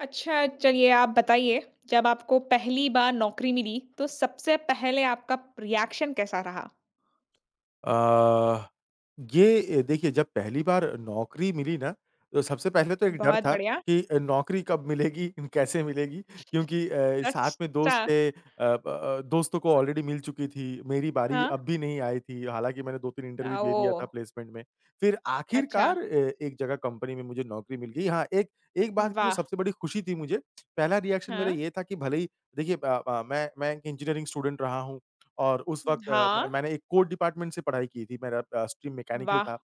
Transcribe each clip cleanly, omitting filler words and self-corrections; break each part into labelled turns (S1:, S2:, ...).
S1: अच्छा, चलिए आप बताइए, जब आपको पहली बार नौकरी मिली, तो सबसे पहले आपका रिएक्शन कैसा रहा?
S2: अ, ये देखिए जब पहली बार नौकरी मिली ना, तो सबसे पहले तो एक डर
S1: बहुत
S2: था
S1: बढ़िया।
S2: कि नौकरी कब मिलेगी, कैसे मिलेगी? क्योंकि साथ में
S1: अच्छा,
S2: दोस्त थे ब दोस्तों को ऑलरेडी मिल चुकी थी, मेरी बारी
S1: हाँ।
S2: अब भी नहीं आई थी, हालाँकि मैंने 2-3 इंटरव्यू दे दिया था
S1: ओह!
S2: प्लेसमेंट में। फिर
S1: अच्छा,
S2: आखिरकार एक जगह कंपनी में मुझे नौकरी मिल गई। हाँ, एक एक बात की जो
S1: वाह!
S2: सबसे बड़ी खुशी थी मुझे, पहला रिएक्शन मेरा
S1: हाँ,
S2: ये था कि भले ही देखिए मैं एक इंजीनियरिंग स्टूडेंट रहा हूँ। और उस वक़्त अ, म
S1: हाँ,
S2: मैंने एक कोर डिपार्टमेंट से पढ़ाई की थी, मेरा स्ट्रीम मैकेनिकल
S1: वाह!
S2: था।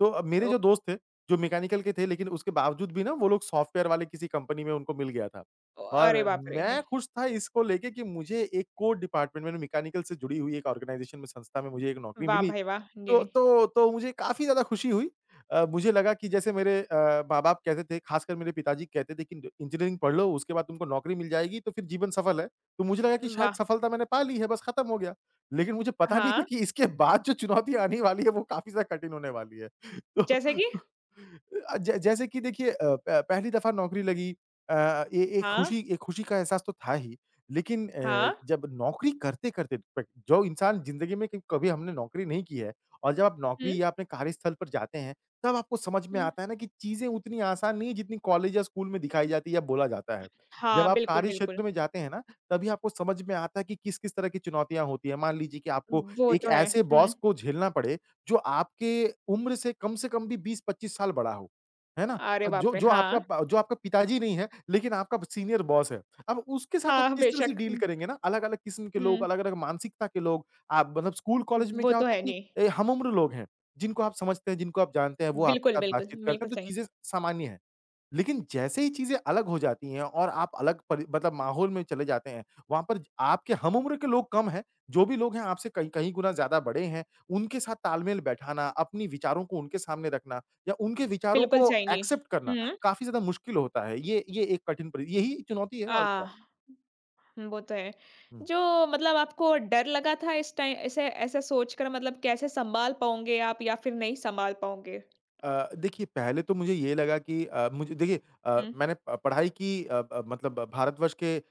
S2: तो मेरे
S1: ओ
S2: जो दोस्त थे, जो मैकेनिकल के थे लेकिन उसके बावजूद भी ना वो लोग सॉफ्टवेयर वाले किसी कंपनी में उनको मिल गया था।
S1: ओ, अरे
S2: और
S1: बाप रे! जी,
S2: मैं खुश था इसको लेके कि मुझे एक कोर डिपार्टमेंट में मैकेनिकल से जुड़ी हुई एक ऑर्गनाइज़ेशन में संस्था में मुझे एक नौकरी
S1: वाह
S2: मिली।
S1: भाई वाह! जी,
S2: तो मुझे काफ़ी ज़्यादा खुशी हुई। मुझे लगा कि जैसे मेरे माँ-बाप कहते थे, ख़ासकर मेरे पिताजी कहते थे कि ड इंजीनियरिंग पढ़ लो, उसके बाद तुमको नौकरी मिल जाएगी, तो फिर जीवन सफल है। तो मुझे लगा कि शायद
S1: वाह!
S2: सफलता मैंने पा ली है, बस ख़त्म हो गया। लेकिन मुझे पता नहीं था
S1: हाँ,
S2: कि इसके बाद जो चुनौतियाँ आने वाली है, वो काफ़ी ज़्यादा कठिन होने वाली है।
S1: जैसे कि?
S2: अ, जै जैसे कि देखिए अ, प पहली दफ़ा नौकरी लगी अ, ए
S1: हाँ,
S2: एक खुशी का एहसास तो था ही। लेकिन
S1: हाँ,
S2: जब नौकरी करते-करते प जो इंसान ज़िंदगी में क कभी हमने नौकरी नहीं की है और जब आप
S1: हुँ,
S2: नौकरी या अपने कार्यस्थल पर जाते हैं, तब आपको समझ में
S1: हुँ,
S2: आता है ना कि चीज़ें उतनी आसान नहीं है जितनी कॉलेज या स्कूल में दिखाई जाती है या बोला जाता है। जब
S1: हाँ,
S2: आप
S1: बिल्कुल,
S2: कार्य क्षेत्र
S1: बिल्कुल।
S2: में जाते हैं ना, तभी आपको समझ में आता है कि किस-किस तरह की चुनौतियाँ होती हैं। मान लीजिए कि आपको
S1: वो
S2: एक
S1: तो है।
S2: ऐसे
S1: हुँ,
S2: बॉस को झेलना पड़े, जो आपके उम्र से कम भी 20-25 साल बड़ा हो, है ना?
S1: अरे
S2: अ, जो
S1: बाप रे!
S2: जो आपका
S1: हाँ,
S2: प जो आपका पिताजी नहीं है, लेकिन आपका सीनियर बॉस है। अब उसके साथ आप
S1: हाँ,
S2: किस तरह से
S1: बेशक।
S2: डील करेंगे ना, अलग-अलग किस्म के लोग,
S1: हुँ,
S2: अलग-अलग मानसिकता के लोग, आप मतलब स्कूल,
S1: हुँ,
S2: कॉलेज में
S1: वो
S2: क्या
S1: तो
S2: होता
S1: है।
S2: है
S1: जी।
S2: ए, हम उम्र लोग हैं, जिनको आप समझते हैं, जिनको आप जानते हैं, वो
S1: बिल्कुल,
S2: आपके साथ
S1: बिल्कुल,
S2: बातचीत करते हैं,
S1: बिल्कुल
S2: तो
S1: सही।
S2: चीज़ें सामान्य हैं। लेकिन जैसे ही चीज़ें अलग हो जाती हैं और आप अलग परि मतलब माहौल में चले जाते हैं, वहाँ पर ज आपके हम उम्र के लोग कम हैं, जो भी लोग हैं आपसे कई कई गुना ज़्यादा बड़े हैं, उनके साथ तालमेल बैठाना, अपनी विचारों को उनके सामने रखना या उनके विचारों
S1: बिल्कुल
S2: को
S1: सही, जी।
S2: एक्सेप्ट करना,
S1: हुँ,
S2: काफ़ी ज़्यादा मुश्किल होता है। ये एक कठिन परि यही चुनौती है और क्या।
S1: आह! वो तो है।
S2: हुँ।
S1: जो मतलब आपको डर लगा था इस टाइ ऐसे ऐसे सोचकर मतलब कैसे सँभाल पाओगे आप या फिर नहीं सँभाल पाओगे?
S2: अ, देखिए पहले तो मुझे ये लगा कि अ, मुझे देखिए अ,
S1: हुँ,
S2: मैंने प पढ़ाई की अ, ब मतलब भारतवर्ष के अ,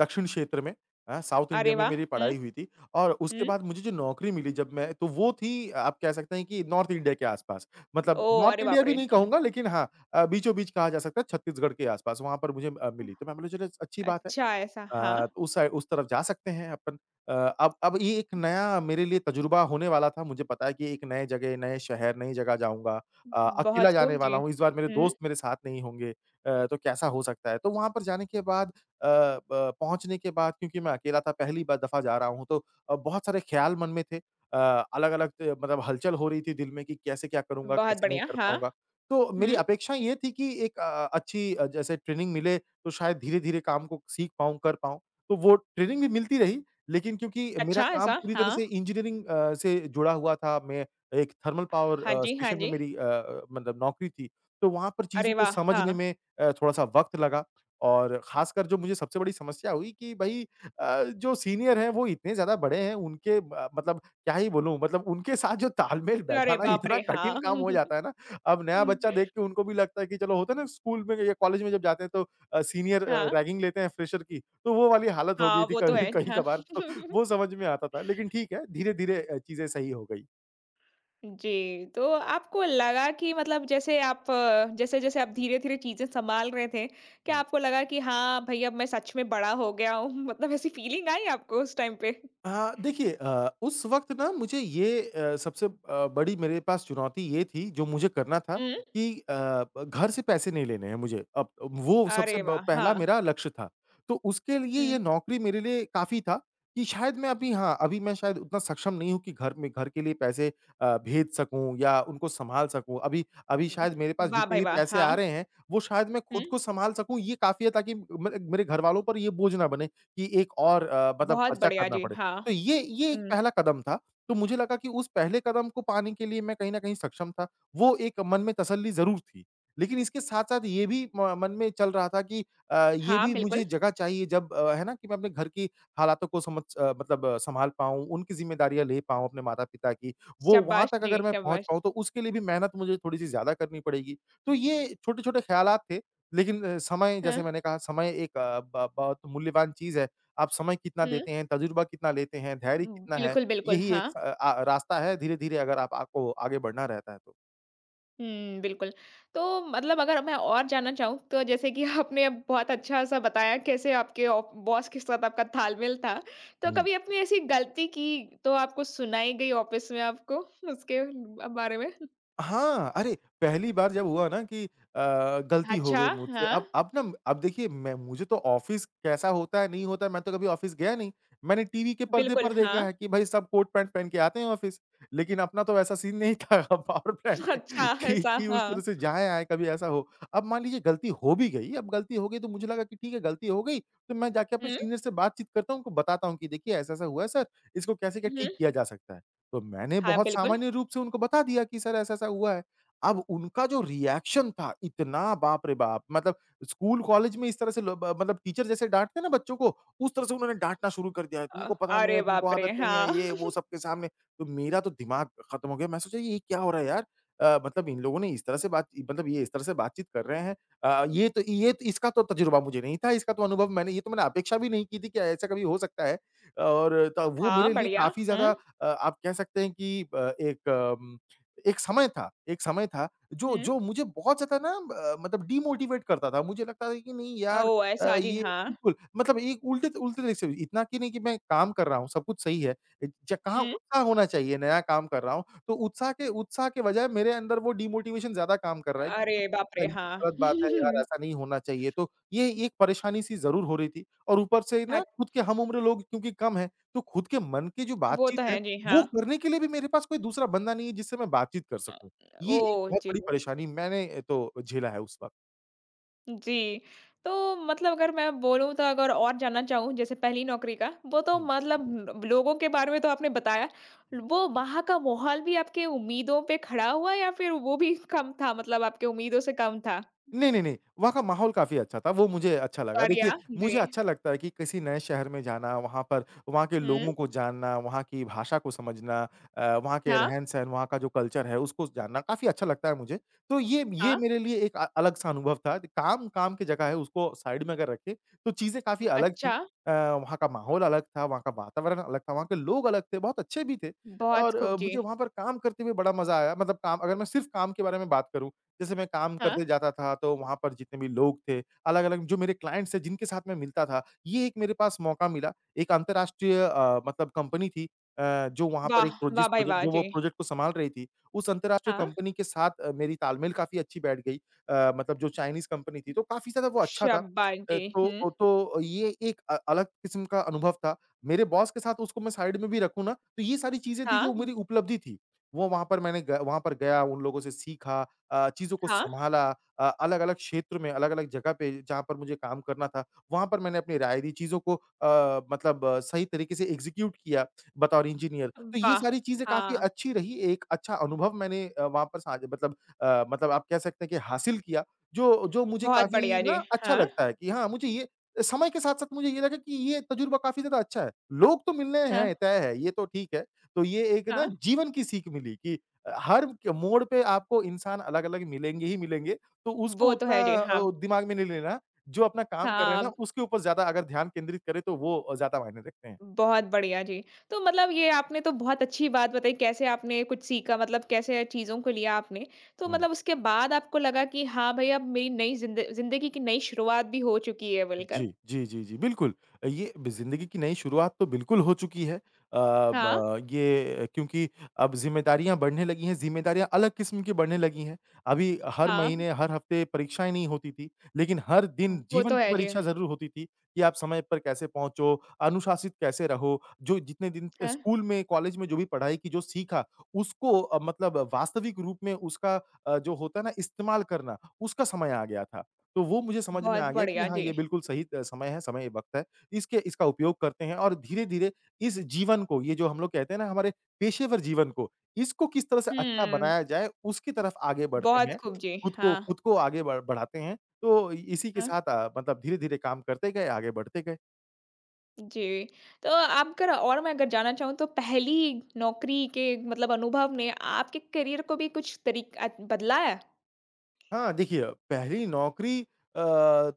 S2: दक्षिण क्षेत्र में हाँ, साउथ इंडिया
S1: अरे
S2: में
S1: वाह!
S2: मेरी
S1: हुँ,
S2: पढ़ाई हुई थी और उसके
S1: हुँ।
S2: बाद मुझे जो नौकरी मिली जब मैं तो वो थी आप कह सकते हैं कि नॉर्थ इंडिया के आस-पास। मतलब
S1: ओह!
S2: नॉर्थ
S1: अरे
S2: इंडिया
S1: बाप
S2: भी
S1: रे!
S2: नहीं कहूँगा लेकिन हाँ अ, बीचों-बीच कहा जा सकता है छत्तीसगढ़ के आस-पास वहाँ पर मुझे अ,
S1: हुँ,
S2: मिली। तो मैं बोला चलो अच्छी बात है।
S1: अच्छा ऐसा हाँ।
S2: अ, तो उस साइ उस तरफ जा सकते हैं अपन। अ, अब ये एक नया मेरे लिए तजुर्बा होने वाला था। मुझे पता है कि एक नए जगह, नए शहर, नई जगह जाऊँगा। अ, अकेला
S1: बहुत
S2: जाने
S1: खूब,
S2: वाला
S1: जी।
S2: हूँ, इस बार मेरे
S1: हुँ,
S2: दोस्त मेरे साथ नहीं होंगे। अ, तो कैसा हो सकता है? तो वहाँ पर जाने के बाद अ, ब पहुँचने के बाद क्योंकि मैं अकेला था, पहली बार दफ़ा जा रहा हूँ, तो अ, बहुत सारे ख़्याल मन में थे। अ, अलग-अलग त मतलब हलचल हो रही थी दिल में कि कैसे क्या करूँगा,
S1: बहुत
S2: कैसे नहीं
S1: बढ़िया,
S2: कर
S1: हाँ।
S2: पाऊँगा। तो मेरी
S1: हुँ,
S2: अपेक्षा ये थी कि एक अ, अच्छी अ, जैसे ट्रेनिंग मिले तो शायद धीरे-धीरे काम को सीख पाऊँ, कर पाऊँ। तो वो ट्रेनिंग भी मिलती रही, लेकिन क्योंकि मेरा
S1: अच्छा
S2: काम
S1: ऐसा
S2: पूरी तरह
S1: हाँ।
S2: से इंजीनियरिंग अ, से जुड़ा हुआ था, मैं एक थर्मल पावर
S1: हाँ
S2: अ,
S1: जी, हाँ
S2: स्टेशन में
S1: जी।
S2: मेरी अ अ, मतलब नौकरी थी, तो वहाँ पर चीज़ों
S1: अरे
S2: को
S1: वाह!
S2: समझने
S1: हाँ।
S2: में अ, थोड़ा-सा वक़्त लगा और ख़ासकर जो मुझे सबसे बड़ी समस्या हुई कि भई अ, जो सीनियर हैं, वो इतने ज़्यादा बड़े हैं, उनके ब मतलब क्या ही बोलूँ, मतलब उनके साथ जो तालमेल
S1: अरे
S2: बैठाना
S1: बाप
S2: इतना
S1: रे! हाँ।
S2: कठिन काम
S1: हुँ,
S2: हो
S1: हुँ,
S2: जाता है ना, अब नया
S1: हुँ, हुँ,
S2: बच्चा देख के उनको भी लगता है कि चलो होता है ना स्कूल में या कॉलेज में जब जाते हैं तो अ, सीनियर अ,
S1: हाँ।
S2: रैगिंग लेते हैं फ्रेशर की, तो वो वाली हालत हो गई
S1: हाँ,
S2: थी
S1: वो तो
S2: कभी
S1: है। हाँ।
S2: कहीं-कभार तो वो समझ में आता था। लेकिन ठीक है, धीरे-धीरे अ, चीज़ें सही हो गई।
S1: जी, तो आपको लगा कि मतलब जैसे आप जैसे-जैसे आप धीरे-धीरे चीज़ें सँभाल रहे थे, क्या आपको लगा कि हाँ, भई अब मैं सच में बड़ा हो गया हूँ? मतलब ऐसी फीलिंग आई आपको उस टाइम पे?
S2: हाँ, देखिए उस वक़्त ना मुझे ये सबसे बड़ी मेरे पास चुनौती ये थी जो मुझे करना था
S1: हुँ।
S2: कि घर से पैसे नहीं लेने हैं मुझे। अब वो सबसे
S1: अरे
S2: ब
S1: वाह!
S2: पहला
S1: हाँ।
S2: मेरा लक्ष्य था। तो उसके लिए
S1: हुँ,
S2: ये नौकरी मेरे लिए काफ़ी था कि शायद मैं अभी हाँ, अभी मैं शायद उतना सक्षम नहीं हूँ कि घर के लिए पैसे भेज सकूँ या उनको सँभाल सकूँ। अभी अभी शायद मेरे
S1: हुँ।
S2: पास
S1: वाह
S2: जितने
S1: भाई
S2: भी
S1: वाह!
S2: पैसे आ
S1: हाँ।
S2: रहे हैं, वो शायद मैं
S1: हुँ,
S2: खुद को सँभाल सकूँ ये काफ़ी है ताकि मेरे मेरे घरवालों पर ये बोझ ना बने कि एक और मतलब
S1: बहुत
S2: खर्चा
S1: बढ़िया
S2: करना
S1: जी,
S2: पड़े।
S1: हाँ।
S2: तो ये एक
S1: हुँ,
S2: पहला कदम था, तो मुझे लगा कि उस पहले कदम को पाने के लिए मैं कहीं न कहीं सक्षम था। वो एक मन में तसल्ली ज़रूर थी। लेकिन इसके साथ-साथ ये भी म मन में चल रहा था कि ये
S1: हाँ,
S2: भी मुझे
S1: बिल्कुल।
S2: जगह चाहिए जब है ना कि मैं अपने घर की हालातों को मतलब सँभाल पाऊँ, उनकी ज़िम्मेदारियाँ ले पाऊँ अपने माता-पिता की। वो वहाँ
S1: शाबाश!
S2: तक
S1: जी,
S2: अगर मैं पहुँच
S1: शाबाश!
S2: पाऊँ तो उसके लिए भी मेहनत मुझे थोड़ी-सी ज़्यादा करनी पड़ेगी। तो ये छोटे-छोटे ख़्यालात थे, लेकिन समय
S1: हाँ,
S2: जैसे मैंने कहा समय एक अ, ब बहुत मूल्यवान चीज़ है। आप समय कितना देते
S1: हुँ।
S2: हैं, तजुर्बा कितना लेते हैं, धैर्य कितना है,
S1: बिल्कुल, बिल्कुल,
S2: यही एक
S1: हाँ।
S2: रास्ता है धीरे-धीरे अगर आप आपको आगे बढ़ना रहता है तो।
S1: हुँ, बिल्कुल। तो मतलब अगर मैं और जानना चाहूँ तो जैसे कि आपने अब बहुत अच्छा-सा बताया कैसे आपके ऑ बॉस के साथ आपका तालमेल था। तो
S2: हुँ।
S1: कभी आपने ऐसी गलती की तो आपको सुनाई गई ऑफ़िस में आपको उसके बारे में?
S2: हाँ, अरे! पहली बार जब हुआ ना कि गलती हो
S1: अच्छा,
S2: गई मुझसे,
S1: हाँ।
S2: अब ना अब देखिए मैं मुझे तो ऑफ़िस कैसा होता है, नहीं होता है, मैं तो कभी ऑफ़िस गया नहीं। मैंने टीवी के पर्दे
S1: बिल्कुल,
S2: पर
S1: हाँ।
S2: देखा है कि भाई सब कोट पैंट पहन के आते हैं ऑफ़िस, लेकिन अपना तो वैसा सीन नहीं था पावर प्लांट
S1: अच्छा
S2: में कि
S1: ऐसा,
S2: उस तरह
S1: हाँ।
S2: से जाएँ आएँ कभी ऐसा हो। अब मान लीजिए गलती हो भी गई, अब गलती हो गई तो मुझे लगा कि ठीक है गलती हो गई, तो मैं जाके अपने
S1: हुँ,
S2: सीनियर से बातचीत करता हूँ, उनको बताता हूँ कि देखिए ऐसा-ऐसा हुआ है सर, इसको कैसे क्या
S1: हुँ।
S2: ठीक किया जा सकता है। तो मैंने
S1: हाँ,
S2: बहुत
S1: बिल्कुल।
S2: सामान्य रूप से उनको बता दिया कि सर ऐसा-ऐसा हुआ है। अब उनका जो रिएक्शन था इतना बाप रे बाप! मतलब स्कूल कॉलेज में इस तरह से लो ब मतलब टीचर जैसे डाँटते हैं ना बच्चों को, उस तरह से उन्होंने डाँटना शुरू कर दिया है।
S1: अ,
S2: तुमको पता नहीं
S1: अरे
S2: है, तुमको
S1: बाप रे!
S2: आदत नहीं
S1: हाँ।
S2: है, ये वो सबके सामने। तो मेरा तो दिमाग खत्म हो गया। मैं सोचा ये क्या हो रहा है यार? मतलब इन लोगों ने इस तरह से बात मतलब ये इस तरह से बातचीत कर रहे हैं। ये तो इसका तो तजुर्बा मुझे नहीं था, इसका तो अनुभव मैंने ये तो मैंने अपेक्षा भी नहीं की थी कि ऐसा कभी हो सकता है। और त वो
S1: हाँ,
S2: मेरे लिए
S1: बढ़िया।
S2: काफ़ी ज़्यादा
S1: हुँ,
S2: आप कह सकते हैं कि एक समय था जो
S1: हुँ।
S2: जो मुझे बहुत ज़्यादा ना मतलब डीमोटिवेट करता था। मुझे लगता था कि नहीं यार
S1: ओह! ऐसा जी,
S2: ये
S1: हाँ।
S2: बिल्कुल मतलब एक उल्टे उल्टे तरीके से इतना कि नहीं कि मैं काम कर रहा हूँ, सब कुछ सही है। अ, ज कहाँ
S1: हुँ।
S2: उत्साह होना चाहिए, नया काम कर रहा हूँ, तो उत्साह के बजाय मेरे अंदर वो डीमोटिवेशन ज़्यादा काम कर रहा है
S1: अरे
S2: कि
S1: बाप रे!
S2: अरे!
S1: हाँ।
S2: गलत बात है यार, ऐसा नहीं होना चाहिए। तो ये एक परेशानी सी ज़रूर हो रही थी और ऊपर से ना
S1: हट
S2: खुद के हम उम्र लोग क्योंकि कम हैं, तो खुद के मन की जो
S1: वो तो
S2: बातचीत है
S1: है, जी, हाँ।
S2: वो करने के लिए भी मेरे पास कोई दूसरा बंदा नहीं है जिससे मैं बातचीत कर
S1: अ,
S2: सकूँ। ये एक
S1: ओह!
S2: बहुत
S1: जी,
S2: बड़ी परेशानी मैंने तो झेला है उस वक़्त।
S1: जी। तो मतलब अगर मैं बोलूँ तो अगर और जानना चाहूँ जैसे पहली नौकरी का, वो तो
S2: हुँ।
S1: मतलब न- लोगों के बारे में तो आपने बताया। वो वहाँ का माहौल भी आपके उम्मीदों पे खड़ा हुआ या फिर वो भी कम था मतलब आपके उम्मीदों से कम था?
S2: नहीं, नहीं, नहीं, वहाँ का माहौल काफ़ी अच्छा था, वो मुझे अच्छा लगा।
S1: बढ़िया,
S2: देखिए,
S1: जी।
S2: मुझे अच्छा लगता है कि किसी नए शहर में जाना, वहाँ पर वहाँ के
S1: हुँ,
S2: लोगों को जानना, वहाँ की भाषा को समझना, वहाँ के
S1: हाँ,
S2: रहन-सहन, वहाँ का जो कल्चर है, उसको जानना काफ़ी अच्छा लगता है मुझे। तो ये
S1: हाँ।
S2: मेरे लिए एक अलग-सा अनुभव था। काम काम की जगह है, उसको साइड में अगर रखें, तो चीज़ें काफ़ी अलग थी।
S1: अच्छा,
S2: वहाँ का माहौल अलग था, वहाँ का वातावरण अलग था, वहाँ के लोग अलग थे, बहुत अच्छे भी थे
S1: बहुत
S2: और
S1: खूब, जी।
S2: मुझे वहाँ पर काम करते हुए बड़ा मज़ा आया। मतलब काम अगर मैं सिर्फ़ काम के बारे में बात करूँ जैसे मैं काम
S1: हाँ,
S2: करते जाता था, तो वहाँ पर जितने भी लोग थे, अलग-अलग जो मेरे क्लाइंट्स थे, जिनके साथ मैं मिलता था, ये एक मेरे पास मौका मिला। एक अंतर्राष्ट्रीय मतलब कंपनी थी, जो वहाँ पर
S1: वाह!
S2: एक प्रो जिस
S1: वाह भाई
S2: प्रोजेक्ट
S1: वाह!
S2: जो वो
S1: जी,
S2: प्रोजेक्ट को संभाल रही थी, उस अंतर्राष्ट्रीय
S1: हाँ।
S2: कंपनी के साथ मेरी तालमेल काफ़ी अच्छी बैठ गई। मतलब जो चाइनीज़ कंपनी थी, तो काफ़ी ज़्यादा वो अच्छा था।
S1: शाबाश! जी, हुँ,
S2: तो ये एक अलग किस्म का अनुभव था। मेरे बॉस के साथ उसको मैं साइड में भी रखूँ ना, तो ये सारी चीज़ें थी, जो
S1: हाँ,
S2: मेरी उपलब्धि थी। वो वहाँ पर गया, उन लोगों से सीखा, चीज़ों को
S1: हाँ,
S2: सँभाला, अलग-अलग क्षेत्र में, अलग-अलग जगह पे जहाँ पर मुझे काम करना था, वहाँ पर मैंने अपनी राय दी, चीज़ों को सही तरीके से एग्ज़ीक्यूट किया बतौर इंजीनियर। तो ये
S1: वाह!
S2: सारी चीज़ें काफ़ी
S1: हाँ,
S2: अच्छी रही, एक अच्छा अनुभव मैंने वहाँ पर साझ मतलब मतलब आप कह सकते हैं कि हासिल किया, जो जो मुझे
S1: बहुत
S2: काफ़ी
S1: बढ़िया, जी।
S2: ना अच्छा
S1: हाँ,
S2: लगता है कि हाँ, मुझे ये समय के साथ-साथ मुझे ये लगा कि ये तजुर्बा काफ़ी ज़्यादा अच्छा है। लोग तो मिलने हैं,
S1: हाँ।
S2: तय है, ये तो ठीक है। तो ये एक ना
S1: हाँ,
S2: जीवन की सीख मिली कि हर क मोड़ पे आपको इंसान अलग-अलग मिलेंगे ही मिलेंगे, तो उसको
S1: वो तो
S2: उतना
S1: है जी। हाँ,
S2: दिमाग में नहीं लेना, जो अपना काम कर रहे हैं
S1: हाँ,
S2: ना, उसके ऊपर ज़्यादा अगर ध्यान केंद्रित करें, तो वो ज़्यादा मायने रखते हैं।
S1: बहुत बढ़िया जी। तो मतलब ये आपने तो बहुत अच्छी बात बताई कैसे आपने कुछ सीखा मतलब कैसे चीज़ों को लिया आपने। तो
S2: हुँ।
S1: मतलब उसके बाद आपको लगा कि हाँ भाई अब मेरी नई ज़िंद ज़िंदगी की नई शुरुआत भी हो चुकी है बोलकर।
S2: जी, जी, जी, जी, बिल्कुल। ये ब ज़िंदगी की नई शुरुआत तो बिल्कुल हो चुकी है। अ,
S1: हाँ,
S2: ब ये क्योंकि अब ज़िम्मेदारियाँ बढ़ने लगी हैं, ज़िम्मेदारियाँ अलग किस्म की बढ़ने लगी हैं। अभी हर
S1: हाँ,
S2: महीने, हर हफ़्ते परीक्षाएँ नहीं होती थी, लेकिन हर दिन
S1: वो
S2: जीवन
S1: तो
S2: की
S1: है जी।
S2: परीक्षा ज़रूर होती थी कि आप समय पर कैसे पहुँचो, अनुशासित कैसे रहो। जो जितने दिन
S1: हाँ,
S2: स्कूल में, कॉलेज में जो भी पढ़ाई की, जो सीखा, उसको मतलब वास्तविक रूप में उसका जो होता है ना इस्तेमाल करना, उसका समय आ गया था। तो वो मुझे समझ में
S1: बहुत
S2: आ गया कि
S1: बढ़िया
S2: हाँ,
S1: जी।
S2: ये बिल्कुल सही त समय है, समय वक़्त है। इसके इसका उपयोग करते हैं और धीरे-धीरे इस जीवन को, ये जो हम लोग कहते हैं ना हमारे पेशेवर जीवन को, इसको किस तरह से अच्छा
S1: हुँ,
S2: बनाया जाए, उसकी तरफ आगे बढ़ते
S1: बहुत
S2: हैं।
S1: खूब जी।
S2: खुद को
S1: हाँ,
S2: खुद को आगे बढ़ बढ़ाते हैं। तो इसी के
S1: हाँ।
S2: साथ मतलब धीरे-धीरे काम करते गए, आगे बढ़ते गए।
S1: जी। तो आपका और मैं अगर जानना चाहूँ तो पहली नौकरी के मतलब अनुभव ने आपके करियर को भी कुछ तरीक बदला है?
S2: हाँ, देखिए पहली नौकरी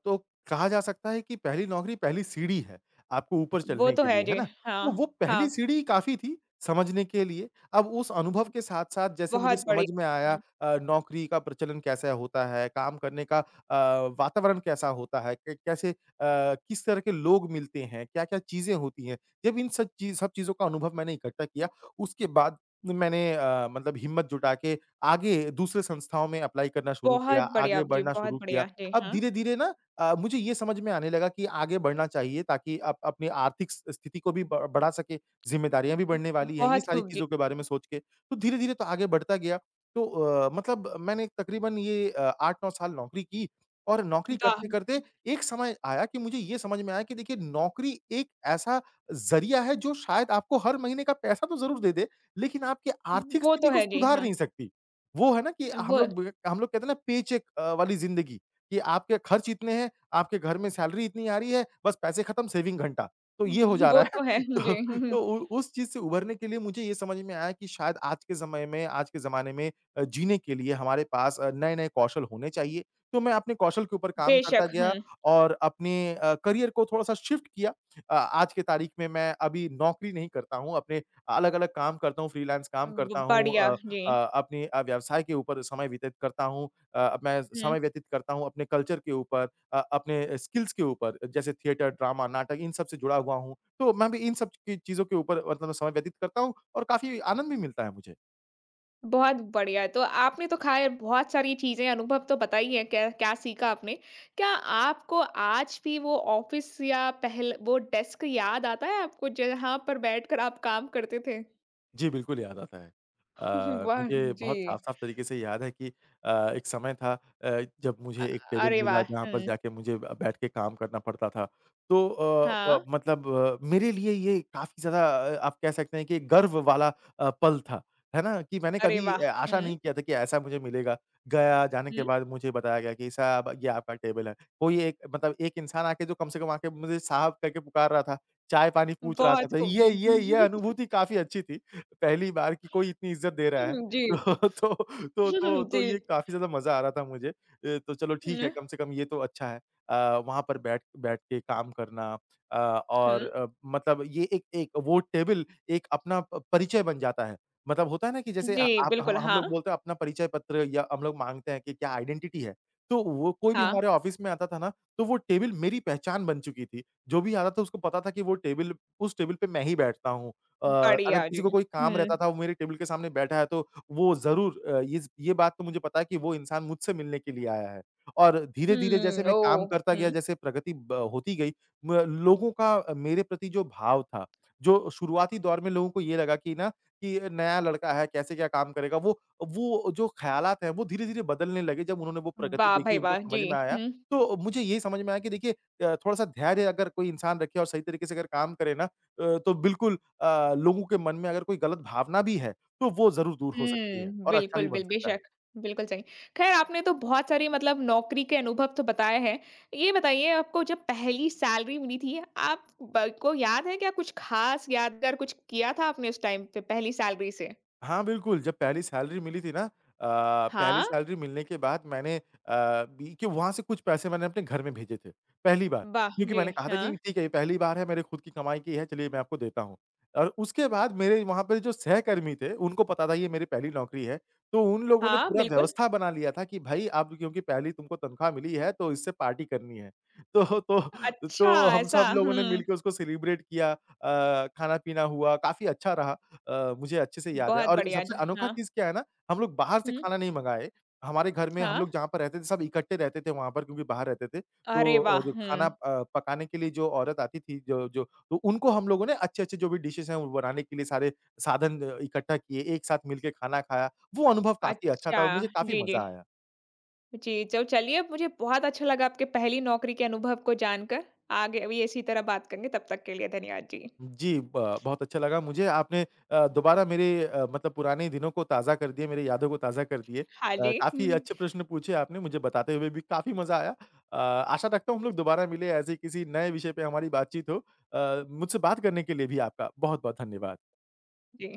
S2: तो कहा जा सकता है कि पहली नौकरी पहली सीढ़ी है, आपको ऊपर
S1: वो
S2: चलने
S1: तो
S2: के लिए,
S1: है
S2: है
S1: जी।
S2: ना? तो वो
S1: हाँ,
S2: पहली
S1: हाँ।
S2: सीढ़ी काफ़ी थी समझने के लिए। अब उस अनुभव के साथ-साथ जैसे मुझे
S1: बहुत
S2: समझ
S1: बढ़िया।
S2: में आया,
S1: हुँ,
S2: नौकरी का प्रचलन कैसा होता है, काम करने का वातावरण कैसा होता है, क कैसे किस तरह के लोग मिलते हैं, क्या-क्या चीज़ें होती हैं। जब इन सब चीज़ों का अनुभव मैंने इकट्ठा किया, उसके बाद मैंने मतलब हिम्मत जुटा के आगे दूसरे संस्थाओं में अप्लाई करना शुरू किया, आगे बढ़ना
S1: बहुत
S2: शुरू किया।
S1: बढ़िया। जी,
S2: अब
S1: हाँ।
S2: धीरे-धीरे ना मुझे ये समझ में आने लगा कि आगे बढ़ना चाहिए ताकि अप अपनी आर्थिक स स्थिति को भी ब बढ़ा सके, ज़िम्मेदारियाँ भी बढ़ने वाली हैं, ये
S1: बहुत
S2: सारी
S1: खूब जी।
S2: चीज़ों के बारे में सोच के। तो धीरे-धीरे तो आगे बढ़ता गया। तो मतलब मैंने तकरीबन ये 8-9 साल नौकरी की और नौकरी
S1: वाह!
S2: करते-करते एक समय आया कि मुझे ये समझ में आया कि देखिए नौकरी एक ऐसा ज़रिया है जो शायद आपको हर महीने का पैसा तो ज़रूर दे दे, लेकिन आपकी आर्थिक
S1: वो
S2: स्थिति
S1: तो
S2: को
S1: है जी,
S2: सुधार
S1: हाँ।
S2: नहीं सकती। वो है ना कि
S1: वो
S2: हम लोग कहते हैं ना पेचेक वाली ज़िंदगी कि आपके खर्च इतने हैं, आपके घर में सैलरी इतनी आ रही है, बस पैसे खत्म सेविंग घंटा। तो ये हो जा
S1: वो
S2: रहा है।
S1: तो है
S2: तो
S1: जी। हुँ, हुँ।
S2: तो उ उस चीज़ से उभरने के लिए मुझे ये समझ में आया कि शायद आज के समय में, आज के ज़माने में जीने के लिए हमारे पास नए-नए कौशल होने चाहिए। तो मैं अपने कौशल के ऊपर काम करता
S1: बेशक,
S2: गया
S1: हुँ।
S2: और अपने करियर को थोड़ा-सा शिफ्ट किया। आज की तारीख में मैं अभी नौकरी नहीं करता हूँ, अपने अलग-अलग काम करता हूँ, फ्रीलांस काम करता हूँ,
S1: बढ़िया जी।
S2: अपनी व्यवसाय के ऊपर समय व्यतीत करता हूँ। अब मैं
S1: हुँ।
S2: समय व्यतीत करता हूँ अपने कल्चर के ऊपर, अपने स्किल्स के ऊपर जैसे थिएटर, ड्रामा, नाटक इन सब से जुड़ा हुआ हूँ। तो मैं भी इन सब की चीज़ों के ऊपर मतलब समय व्यतीत करता हूँ और काफ़ी आनंद भी मिलता है मुझे।
S1: बहुत बढ़िया। तो आपने तो ख़ैर बहुत सारी चीज़ें अनुभव तो बताई हैं, क्या क्या सीखा आपने। क्या आपको आज भी वो ऑफ़िस या पहल वो डेस्क याद आता है आपको जहाँ पर बैठकर आप काम करते थे?
S2: जी, बिल्कुल याद आता है। अ,
S1: वाह!
S2: मुझे
S1: जी।
S2: बहुत साफ-साफ तरीके से याद है कि एक समय था, जब
S1: अ,
S2: मुझे एक टेबल
S1: अरे
S2: मिला
S1: वाह!
S2: जहाँ पर
S1: हुँ।
S2: जाके मुझे बैठ के काम करना पड़ता था। तो अ, ब
S1: हाँ,
S2: मतलब मेरे लिए ये काफ़ी ज़्यादा आप कह सकते हैं कि गर्व वाला पल था, है ना? कि मैंने
S1: अरे
S2: कभी
S1: वाह!
S2: आशा नहीं
S1: हुँ,
S2: किया था कि ऐसा मुझे मिलेगा। गया, जाने के
S1: हुँ।
S2: बाद मुझे बताया गया कि साहब ये आपका टेबल है। कोई एक मतलब एक इंसान आके जो कम से कम आके मुझे साहब करके पुकार रहा था, चाय-पानी पूछ रहा था,
S1: बहुत
S2: तो
S1: खूब,
S2: ये
S1: जी।
S2: ये ये अनुभूति काफ़ी अच्छी थी। पहली बार कि कोई इतनी इज़्ज़त दे रहा है।
S1: जी।
S2: तो तो तो तो तो
S1: जी।
S2: ये काफ़ी ज़्यादा मज़ा आ रहा था मुझे। तो चलो ठीक है,
S1: हुँ,
S2: कम से कम ये तो अच्छा है। वहाँ पर बैठ बैठ के काम करना, अ, और
S1: हुँ।
S2: अ, मतलब ये एक एक वो टेबल एक अपना प परिचय बन जाता है। मतलब होता है ना कि जैसे
S1: जी,
S2: आप हम
S1: बिल्कुल,
S2: हम
S1: हाँ,
S2: लोग बोलते हैं अपना परिचय पत्र या हम लोग माँगते हैं कि क्या आइडेंटिटी है। तो वो कोई भी
S1: हाँ।
S2: हमारे ऑफ़िस में आता था ना, तो वो टेबल मेरी पहचान बन चुकी थी। जो भी आता था उसको पता था कि वो टेबल उस टेबल पे मैं ही बैठता हूँ। अ, अगर
S1: बढ़िया,
S2: किसी
S1: जी।
S2: को कोई काम
S1: हुँ,
S2: रहता था, वो मेरे टेबल के सामने बैठा है, तो वो ज़रूर ये बात तो मुझे पता है कि वो इंसान मुझसे मिलने के लिए आया है। और धीरे-धीरे जैसे
S1: हुँ,
S2: मैं काम
S1: ओह!
S2: करता गया,
S1: हुँ।
S2: जैसे प्रगति ब होती गई, म लोगों का मेरे प्रति जो भाव था, जो शुरुआती दौर में लोगों को ये लगा कि ना कि नया लड़का है, कैसे क्या काम करेगा, वो जो ख़्यालात हैं, वो धीरे-धीरे बदलने लगे। जब उन्होंने वो प्रगति
S1: वाह
S2: देखी,
S1: भाई
S2: उनको
S1: वाह!
S2: समझ
S1: जी,
S2: में आया,
S1: हुँ।
S2: तो मुझे ये समझ में आया कि देखिए थोड़ा-सा धैर्य अगर कोई इंसान रखे और सही तरीके से अगर काम करे ना, तो बिल्कुल लोगों के मन में अगर कोई गलत भावना भी है, तो वो ज़रूर दूर हो सकती है
S1: हुँ,
S2: और अच्छा भी
S1: बिल्कुल,
S2: बन
S1: बिल
S2: सकता है।
S1: बेशक, बिल्कुल सही। ख़ैर आपने तो बहुत सारी मतलब नौकरी के अनुभव तो बताए हैं। ये बताइए आपको जब पहली सैलरी मिली थी आप ब को याद है क्या कुछ ख़ास यादगार कुछ किया था आपने उस टाइम पे पहली सैलरी से?
S2: हाँ, बिल्कुल, जब पहली सैलरी मिली थी ना, पहली
S1: हाँ,
S2: सैलरी मिलने के बाद मैंने अ, बी के वहाँ से कुछ पैसे मैंने अपने घर में भेजे थे, पहली बार।
S1: वाह!
S2: क्योंकि
S1: जी,
S2: मैंने कहा था
S1: हाँ।
S2: कि ठीक है, ये पहली बार है, मेरे खुद की कमाई की है, चलिए मैं आपको देता हूँ। और उसके बाद मेरे वहाँ पे जो सहकर्मी थे, उनको पता था ये मेरी पहली नौकरी है, तो उन लोगों ने
S1: हाँ,
S2: पूरा
S1: बिल्कुल।
S2: व्यवस्था बना लिया था कि भाई अब क्योंकि पहली तुमको तनख्वाह मिली है, तो इससे पार्टी करनी है। तो तो
S1: अच्छा
S2: तो हम सब
S1: ऐसा
S2: लोगों ने
S1: हुँ,
S2: मिलके उसको सेलिब्रेट किया, खाना-पीना हुआ, काफ़ी अच्छा रहा। मुझे अच्छे से याद है
S1: बहुत
S2: और
S1: बढ़िया।
S2: सबसे
S1: ज
S2: अनोखा
S1: हाँ,
S2: चीज़ क्या है ना, हम लोग बाहर से
S1: हुँ,
S2: खाना नहीं मँगाए। हमारे घर में हम
S1: हाँ।
S2: लोग जहाँ पर रहते थे सब इकट्ठे रहते थे वहाँ पर क्योंकि बाहर रहते थे।
S1: अरे
S2: तो
S1: वाह!
S2: जो खाना
S1: हुँ,
S2: पकाने के लिए जो औरत आती थी जो जो तो उनको हम लोगों ने अच्छे-अच्छे जो भी डिशेज़ हैं वो बनाने के लिए सारे साधन इकट्ठा किए, एक साथ मिलके खाना खाया। वो अनुभव काफ़ी अच्छा था
S1: अच्छा।
S2: और मुझे काफ़ी
S1: जी, जी।
S2: मज़ा आया।
S1: जी, तो चलिए मुझे बहुत अच्छा लगा आपके पहली नौकरी के अनुभव को जानकर। आगे भी इसी तरह बात करेंगे, तब तक के लिए धन्यवाद जी।
S2: जी, ब बहुत अच्छा लगा मुझे आपने दोबारा मेरे मतलब पुराने दिनों को ताज़ा कर दिए, मेरी यादों को ताज़ा कर दिए।
S1: हाँ जी,
S2: काफ़ी
S1: हुँ,
S2: अच्छे प्रश्न पूछे आपने, मुझे बताते हुए भी काफ़ी मज़ा आया। अ, आशा रखता हूँ हम लोग दोबारा मिले, ऐसे किसी नए विषय पे हमारी बातचीत हो। मुझसे बात करने के लिए भी आपका बहुत-बहुत धन्यवाद।
S1: जी।